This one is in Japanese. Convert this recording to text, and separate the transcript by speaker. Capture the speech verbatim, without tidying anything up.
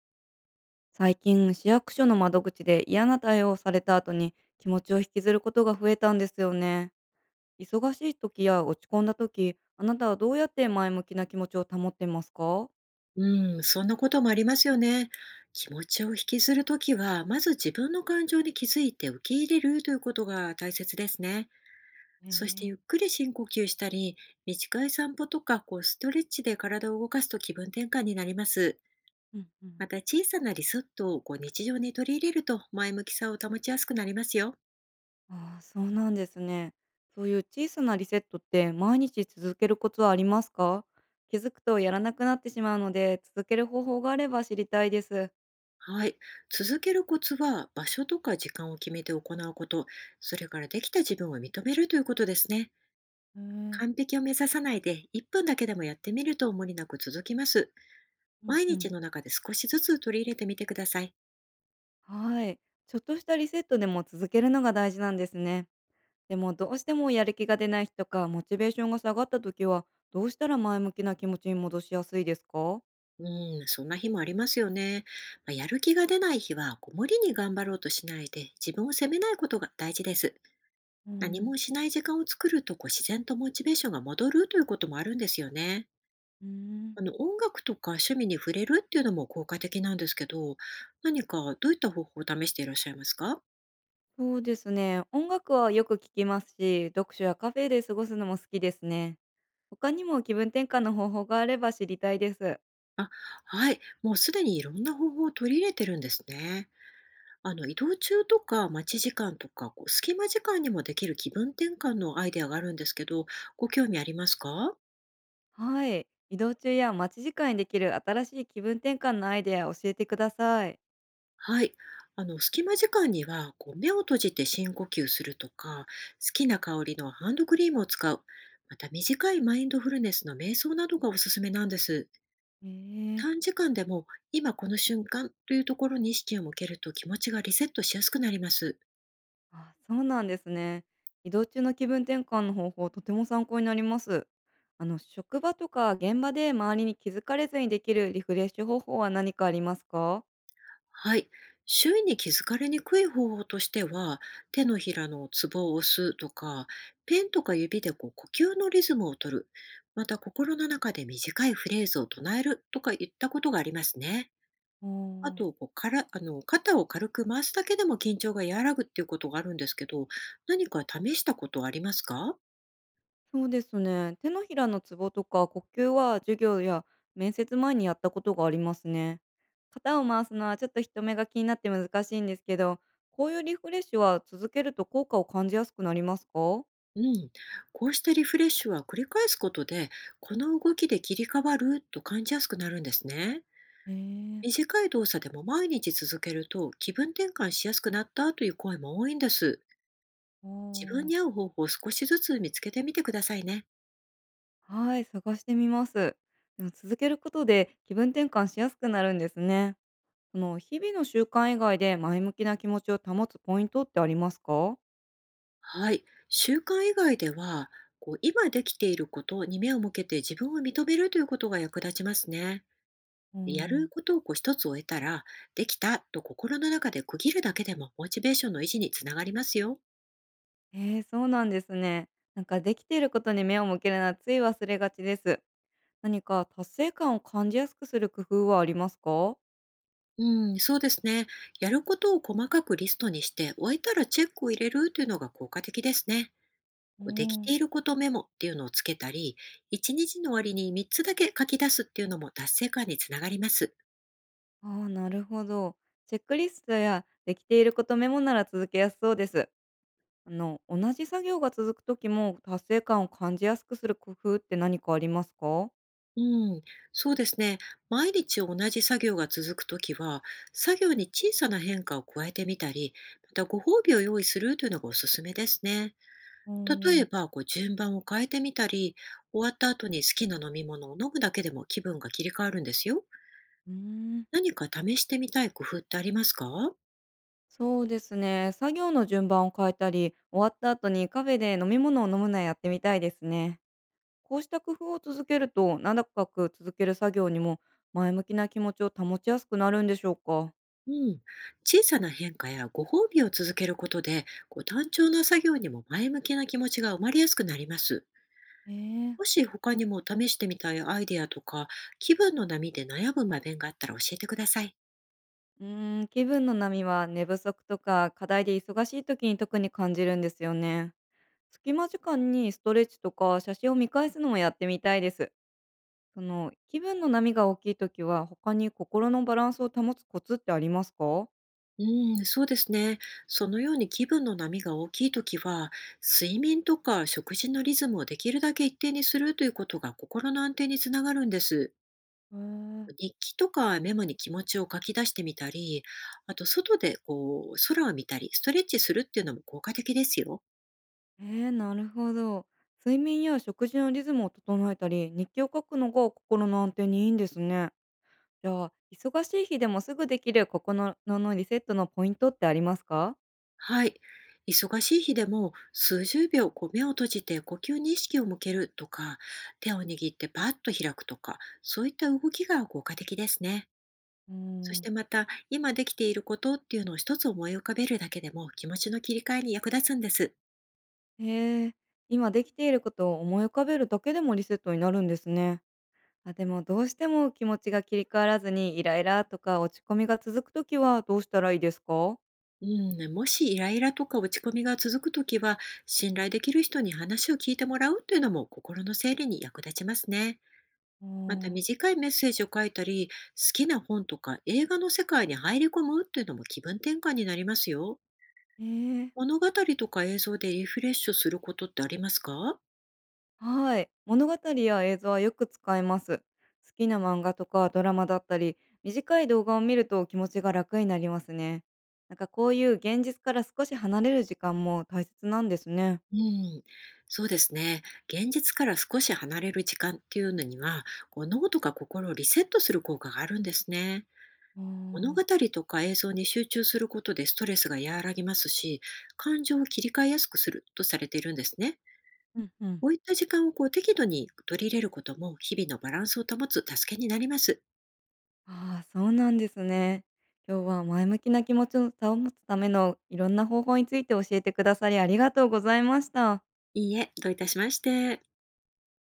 Speaker 1: 最近市役所の窓口で嫌な対応をされた後に気持ちを引きずることが増えたんですよね。忙しい時や落ち込んだ時、あなたはどうやって前向きな気持ちを保っていますか？
Speaker 2: うん、そんなこともありますよね。気持ちを引きずるときは、まず自分の感情に気づいて受け入れるということが大切ですね。そして
Speaker 1: ええ。
Speaker 2: ゆっくり深呼吸したり、短い散歩とかこうストレッチで体を動かすと気分転換になります。
Speaker 1: うんうん。
Speaker 2: また小さなリセットをこう日常に取り入れると前向きさを保ちやすくなりますよ。
Speaker 1: ああ、そうなんですね。そういう小さなリセットって毎日続けるコツはありますか？気づくとやらなくなってしまうので続ける方法があれば知りたいです。
Speaker 2: はい。続けるコツは場所とか時間を決めて行うこと、それからできた自分を認めるということですね。
Speaker 1: え
Speaker 2: 完
Speaker 1: え。
Speaker 2: 璧を目指さないで、いっぷんだけでもやってみると無理なく続きます。
Speaker 1: うん
Speaker 2: 毎
Speaker 1: うん。
Speaker 2: 日の中で少しずつ取り入れてみてください。
Speaker 1: はい。ちょっとしたリセットでも続けるのが大事なんですね。でもどうしてもやる気が出ない日とかモチベーションが下がった時はどうしたら前向きな気持ちに戻しやすいですか？
Speaker 2: うん、そんな日もありますよね。まあ、やる気が出ない日は、こう無理に頑張ろうとしないで、自分を責めないことが大事です。
Speaker 1: う
Speaker 2: 何
Speaker 1: ん。
Speaker 2: もしない時間を作ると、こう自然とモチベーションが戻るということもあるんですよね。
Speaker 1: うーん。
Speaker 2: あの、音楽とか趣味に触れるっていうのも効果的なんですけど、何かどういった方法を試していらっしゃいますか？
Speaker 1: そうですね。音楽はよく聴きますし、読書やカフェで過ごすのも好きですね。他にも気分転換の方法があれば知りたいです。
Speaker 2: あ、はい。もうすでにいろんな方法を取り入れてるんですね。あの、移動中とか待ち時間とか、こう、隙間時間にもできる気分転換のアイデアがあるんですけど、ご興味ありますか？
Speaker 1: はい。移動中や待ち時間にできる新しい気分転換のアイデア教えてください。
Speaker 2: はい。あの、隙間時間には、こう、目を閉じて深呼吸するとか、好きな香りのハンドクリームを使う。また、短いマインドフルネスの瞑想などがおすすめなんです。
Speaker 1: え
Speaker 2: 短
Speaker 1: え。
Speaker 2: 時間でも、今この瞬間というところに意識を向けると気持ちがリセットしやすくなります。
Speaker 1: あ、そうなんですね。移動中の気分転換の方法、とても参考になります。あの、職場とか現場で周りに気づかれずにできるリフレッシュ方法は何かありますか？
Speaker 2: はい。周囲に気づかれにくい方法としては、手のひらのツボを押すとか、ペンとか指でこう呼吸のリズムを取る、また心の中で短いフレーズを唱えるとか言ったことがありますね。
Speaker 1: あ
Speaker 2: あ
Speaker 1: ー。
Speaker 2: とこうからあの、肩を軽く回すだけでも緊張が和らぐっていうことがあるんですけど、何か試したことはありますか？
Speaker 1: そうですね。手のひらのツボとか呼吸は授業や面接前にやったことがありますね。肩を回すのはちょっと人目が気になって難しいんですけど、こういうリフレッシュは続けると効果を感じやすくなりますか？
Speaker 2: うん、こうしたリフレッシュは繰り返すことで、この動きで切り替わると感じやすくなるんですね。
Speaker 1: ええー。
Speaker 2: 短い動作でも毎日続けると気分転換しやすくなったという声も多いんです。
Speaker 1: あ
Speaker 2: 自分
Speaker 1: ー。
Speaker 2: に合う方法を少しずつ見つけてみてくださいね。
Speaker 1: はい、探してみます。でも続けることで気分転換しやすくなるんですね。その日々の習慣以外で前向きな気持ちを保つポイントってありますか？
Speaker 2: はい。習慣以外では、こう今できていることに目を向けて自分を認めるということが役立ちますね。
Speaker 1: う
Speaker 2: やる
Speaker 1: ん。
Speaker 2: ことをこう一つ終えたら、できたと心の中で区切るだけでもモチベーションの維持につながりますよ。
Speaker 1: えー、そうなんですね。なんかできていることに目を向けるのはつい忘れがちです。何か達成感を感じやすくする工夫はありますか？
Speaker 2: うん、そうですね。やることを細かくリストにして、終えたらチェックを入れるというのが効果的ですね。
Speaker 1: う
Speaker 2: こうでき
Speaker 1: ん。
Speaker 2: ていることメモっていうのをつけたり、一日の終わりにみっつだけ書き出すっていうのも達成感につながります。
Speaker 1: ああなるほど。チェックリストやできていることメモなら続けやすそうです。あの、同じ作業が続く時も達成感を感じやすくする工夫って何かありますか？
Speaker 2: うん、そうですね。毎日同じ作業が続くときは、作業に小さな変化を加えてみたり、またご褒美を用意するというのがおすすめですね。
Speaker 1: うー
Speaker 2: 例え
Speaker 1: ん。
Speaker 2: ば、こう順番を変えてみたり、終わった後に好きな飲み物を飲むだけでも気分が切り替わるんですよ。
Speaker 1: うーん、
Speaker 2: 何か試してみたい工夫ってありますか？
Speaker 1: そうですね。作業の順番を変えたり、終わった後にカフェで飲み物を飲むのはやってみたいですね。こうした工夫を続けると、長く続ける作業にも前向きな気持ちを保ちやすくなるんでしょうか？
Speaker 2: うん、小さな変化やご褒美を続けることで、こう単調な作業にも前向きな気持ちが生まれやすくなります。
Speaker 1: ええ。
Speaker 2: もし他にも試してみたいアイデアとか、気分の波で悩む場面があったら教えてください。
Speaker 1: うーん、気分の波は寝不足とか課題で忙しい時に特に感じるんですよね。隙間時間にストレッチとか写真を見返すのもやってみたいです。その気分の波が大きい時は他に心のバランスを保つコツってありますか？
Speaker 2: うん、そうですね。そのように気分の波が大きいときは、睡眠とか食事のリズムをできるだけ一定にするということが心の安定につながるんです。
Speaker 1: へ。
Speaker 2: 日記とかメモに気持ちを書き出してみたり、あと外でこう空を見たり、ストレッチするっていうのも効果的ですよ。
Speaker 1: ええー、なるほど。睡眠や食事のリズムを整えたり日記を書くのが心の安定にいいんですね。じゃあ忙しい日でもすぐできる心のリセットのポイントってありますか？
Speaker 2: はい。忙しい日でもすうじゅうびょうこう目を閉じて呼吸に意識を向けるとか、手を握ってパッと開くとか、そういった動きが効果的ですね。
Speaker 1: う
Speaker 2: そし
Speaker 1: ん。
Speaker 2: てまた、今できていることっていうのを一つ思い浮かべるだけでも気持ちの切り替えに役立つんです。
Speaker 1: へえ、今できていることを思い浮かべるだけでもリセットになるんですね。あ、でもどうしても気持ちが切り替わらずにイライラとか落ち込みが続くときはどうしたらいいですか？
Speaker 2: うん、ねもしイライラとか落ち込みが続くときは、信頼できる人に話を聞いてもらうというのも心の整理に役立ちますね。
Speaker 1: う
Speaker 2: また
Speaker 1: ん。あー。
Speaker 2: 短いメッセージを書いたり、好きな本とか映画の世界に入り込むというのも気分転換になりますよ。
Speaker 1: えー。
Speaker 2: 物語とか映像でリフレッシュすることってありますか？
Speaker 1: はい。物語や映像はよく使います。好きな漫画とかドラマだったり、短い動画を見ると気持ちが楽になりますね。なんかこういう現実から少し離れる時間も大切なんですね。
Speaker 2: うん、そうですね。現実から少し離れる時間っていうのには、こう脳とか心をリセットする効果があるんですね。
Speaker 1: う
Speaker 2: 物
Speaker 1: ん
Speaker 2: 語とか映像に集中することでストレスが和らぎますし、感情を切り替えやすくするとされているんですね。
Speaker 1: うんうん。
Speaker 2: こういった時間をこう適度に取り入れることも、日々のバランスを保つ助けになります。
Speaker 1: ああ、そうなんですね。今日は前向きな気持ちを保つためのいろんな方法について教えてくださりありがとうございました。
Speaker 2: いいえ、どういたしまして。